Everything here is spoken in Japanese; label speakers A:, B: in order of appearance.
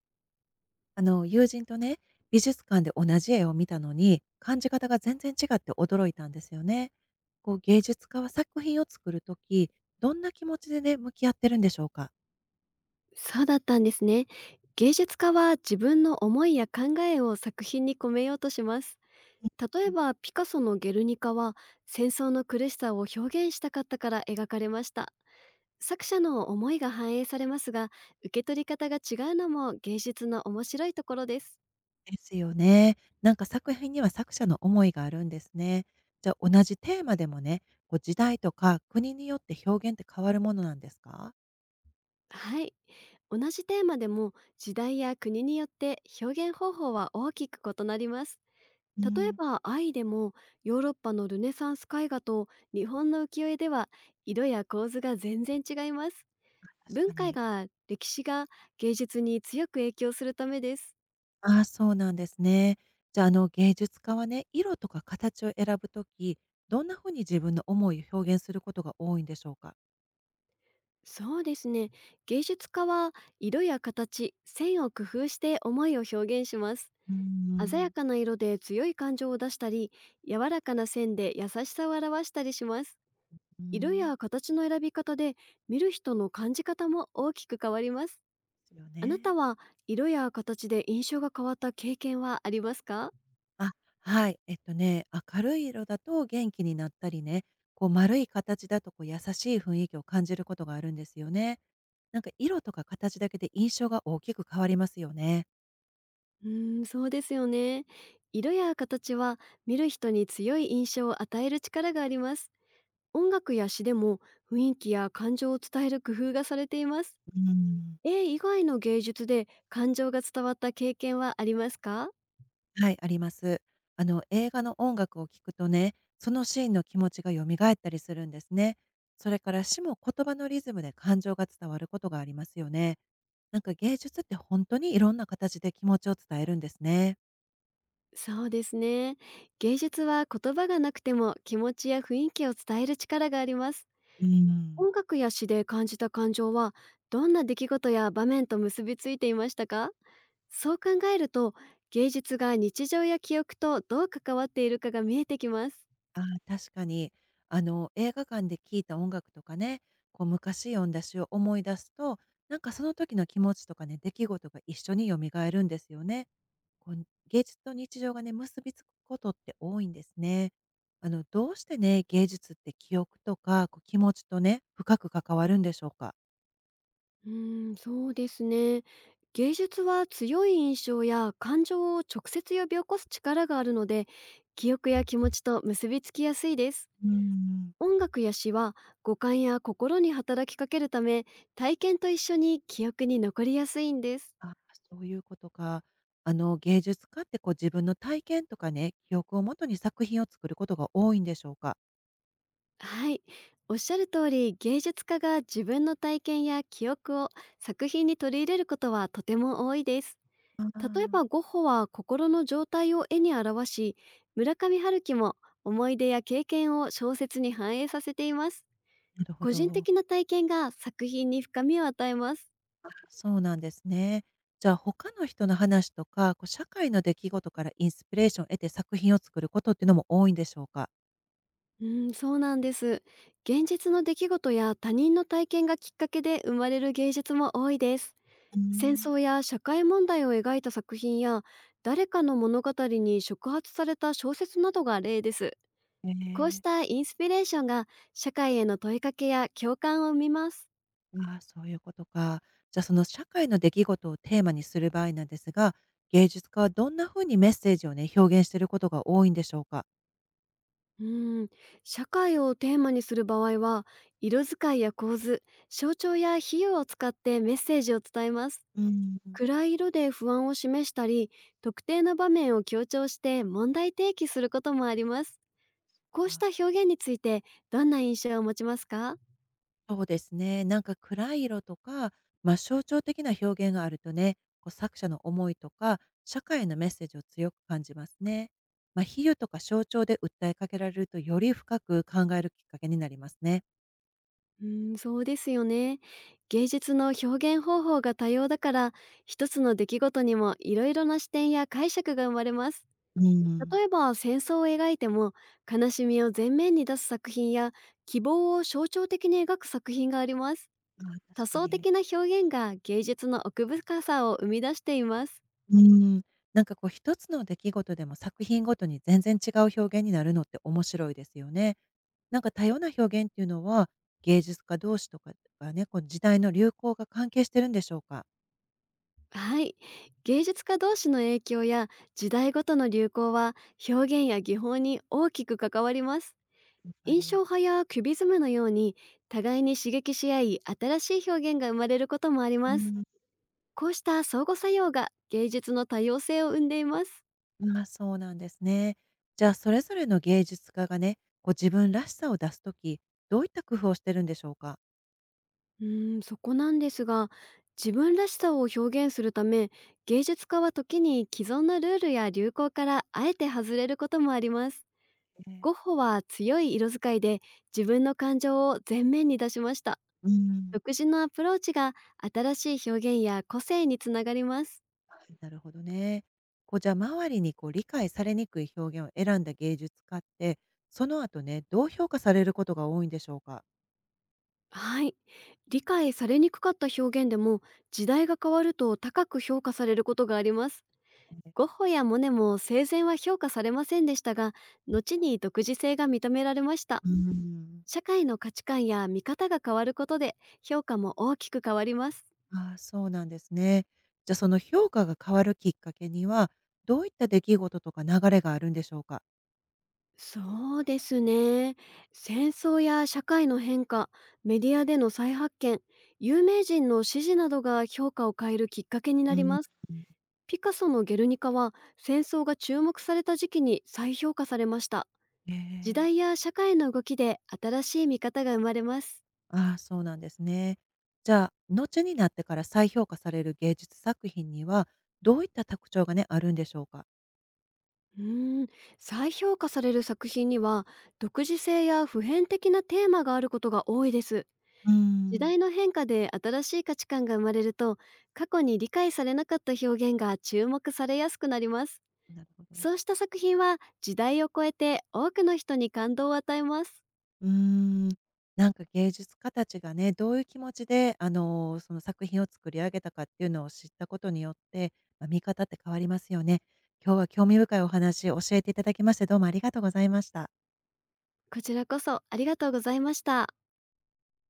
A: 友人とね、美術館で同じ絵を見たのに、感じ方が全然違って驚いたんですよね。芸術家は作品を作るとき、どんな気持ちでね、向き合ってるんでしょうか。
B: そうだったんですね。芸術家は自分の思いや考えを作品に込めようとします。
A: う
B: 例え
A: ん
B: ばピカソの「ゲルニカ」は戦争の苦しさを表現したかったから描かれました。作者の思いが反映されますが、受け取り方が違うのも芸術の面白いところです。
A: ですよね。なんか作品には作者の思いがあるんですね。じゃあ、同じテーマでもね、こう時代とか国によって表現って変わるものなんですか。
B: はい。同じテーマでも時代や国によって表現方法は大きく異なります。
A: う
B: 例え
A: ん。
B: ば「愛」でも、ヨーロッパのルネサンス絵画と日本の浮世絵では色や構図が全然違います。
A: あ、確
B: 文
A: か
B: 化
A: に。
B: が、歴史が芸術に強く影響するためです。
A: ああ、そうなんですね。じゃあ、芸術家はね、色とか形を選ぶとき、どんなふうに自分の思いを表現することが多いんでしょうか？
B: そうですね。芸術家は色や形、線を工夫して思いを表現します。
A: うー
B: 鮮
A: ん。
B: やかな色で強い感情を出したり、柔らかな線で優しさを表したりします。
A: うー
B: 色
A: ん。
B: や形の選び方で、見る人の感じ方も大きく変わります。
A: ですよ
B: あなた
A: ね。
B: は色や形で印象が変わった経験はありますか？
A: あ、はい。明るい色だと元気になったりね、こう丸い形だとこう優しい雰囲気を感じることがあるんですよね。なんか色とか形だけで印象が大きく変わりますよね。
B: そうですよね。色や形は見る人に強い印象を与える力があります。音楽や詩でも、雰囲気や感情を伝える工夫がされています。
A: うん。
B: 絵以外の芸術で感情が伝わった経験はありますか？
A: はい、あります。映画の音楽を聴くとね、そのシーンの気持ちが蘇ったりするんですね。それから詩も言葉のリズムで感情が伝わることがありますよね。なんか芸術って本当にいろんな形で気持ちを伝えるんですね。
B: そうですね。芸術は言葉がなくても気持ちや雰囲気を伝える力があります。
A: うん。
B: 音楽や詩で感じた感情は、どんな出来事や場面と結びついていましたか？そう考えると、芸術が日常や記憶とどう関わっているかが見えてきます。
A: ああ、確かに。映画館で聴いた音楽とかね、こう昔読んだ詩を思い出すと、なんかその時の気持ちとかね、出来事が一緒に蘇るんですよね。こう、芸術と日常がね、結びつくことって多いんですね。どうしてね、芸術って記憶とか、こう、気持ちとね、深く関わるんでしょうか？
B: そうですね。芸術は強い印象や感情を直接呼び起こす力があるので、記憶や気持ちと結びつきやすいです。
A: うーん。
B: 音楽や詩は五感や心に働きかけるため、体験と一緒に記憶に残りやすいんです。
A: あ、そういうことか。芸術家ってこう、自分の体験とかね、記憶をもとに作品を作ることが多いんでしょうか？
B: はい、おっしゃる通り、芸術家が自分の体験や記憶を作品に取り入れることはとても多いです。
A: あ
B: 例えば
A: あ。
B: ゴッホは心の状態を絵に表し、村上春樹も思い出や経験を小説に反映させています。
A: なるほ
B: 個人
A: ど。
B: 的な体験が作品に深みを与えます。
A: あ、そうなんですね。じゃあ、他の人の話とか、こう、社会の出来事からインスピレーションを得て作品を作ることっていうのも多いんでしょうか？
B: うん、そうなんです。現実の出来事や他人の体験がきっかけで生まれる芸術も多いです。
A: うー
B: 戦
A: ん。
B: 争や社会問題を描いた作品や、誰かの物語に触発された小説などが例です。
A: え
B: こうし
A: え。
B: たインスピレーションが社会への問いかけや共感を生みます。
A: ああ、そういうことか。じゃあ、その社会の出来事をテーマにする場合なんですが、芸術家はどんな風にメッセージをね、表現していることが多いんでしょうか？
B: うーん、社会をテーマにする場合は、色使いや構図、象徴や比喩を使ってメッセージを伝えます。
A: うん。
B: 暗い色で不安を示したり、特定の場面を強調して問題提起することもあります。こうし
A: あ、
B: た表現について、どんな印象を持ちますか？
A: そうですね。なんか暗い色とか、まあ、象徴的な表現があるとね、こう作者の思いとか、社会のメッセージを強く感じますね。まあ、比喩とか象徴で訴えかけられると、より深く考えるきっかけになりますね。
B: うん、そうですよね。芸術の表現方法が多様だから、一つの出来事にもいろいろな視点や解釈が生まれます。
A: うん。
B: 例えば戦争を描いても、悲しみを前面に出す作品や、希望を象徴的に描く作品があります。
A: ああ、
B: 多
A: 確か
B: 層
A: に。
B: 的な表現が芸術の奥深さを生み出しています。
A: うーん、なんかこう一つの出来事でも作品ごとに全然違う表現になるのって面白いですよね。なんか多様な表現っていうのは、芸術家同士とかがね、こう時代の流行が関係してるんでしょうか？
B: はい。芸術家同士の影響や時代ごとの流行は、表現や技法に大きく関わります。
A: やっぱ
B: 印象
A: り。
B: 派やキュビズムのように、互いに刺激し合い新しい表現が生まれることもあり
A: う
B: ます。
A: ん、
B: こうした相互作用が芸術の多様性を生んでいます。
A: まあ、そうなんですね。じゃあ、それぞれの芸術家がね、こう自分らしさを出すとき、どういった工夫をしてるんでしょうか？
B: そこなんですが、自分らしさを表現するため、芸術家は時に既存のルールや流行からあえて外れることもあります。ゴッ
A: え
B: ホは強い色使いで自分の感情を前面に出しました。
A: うん。
B: 独自のアプローチが新しい表現や個性につながります。
A: はい、なるほどね。こうじゃあ周りにこう理解されにくい表現を選んだ芸術家って、その後ね、どう評価されることが多いんでしょうか？
B: はい。理解されにくかった表現でも、時代が変わると高く評価されることがあります。ゴッホやモネも生前は評価されませんでしたが、後に独自性が認められました。
A: うーん。
B: 社会の価値観や見方が変わることで、評価も大きく変わります。
A: ああ、そうなんですね。じゃあ、その評価が変わるきっかけには、どういった出来事とか流れがあるんでしょうか？
B: そうですね。戦争や社会の変化、メディアでの再発見、有名人の支持などが評価を変えるきっかけに
A: う
B: なり
A: ん。
B: ます。ピカソの「ゲルニカ」は戦争が注目された時期に再評価されました。
A: え
B: 時
A: え。
B: 代や社会の動きで新しい見方が生まれます。
A: ああ、そうなんですね。じゃあ、後になってから再評価される芸術作品には、どういった特徴がね、あるんでしょうか？
B: うーん、再評価される作品には独自性や普遍的なテーマがあることが多いです。
A: う
B: 時
A: ん、
B: 代の変化で新しい価値観が生まれると、過去に理解されなかった表現が注目されやすくなります。
A: なるほど。
B: そうした作品は時代を超えて多くの人に感動を与えます。
A: うーん、なんか芸術家たちがね、どういう気持ちで、その作品を作り上げたかっていうのを知ったことによって、まあ、見方って変わりますよね。今日は興味深いお話教えていただきまして、どうもありがとうございました。
B: こちらこそありがとうございました。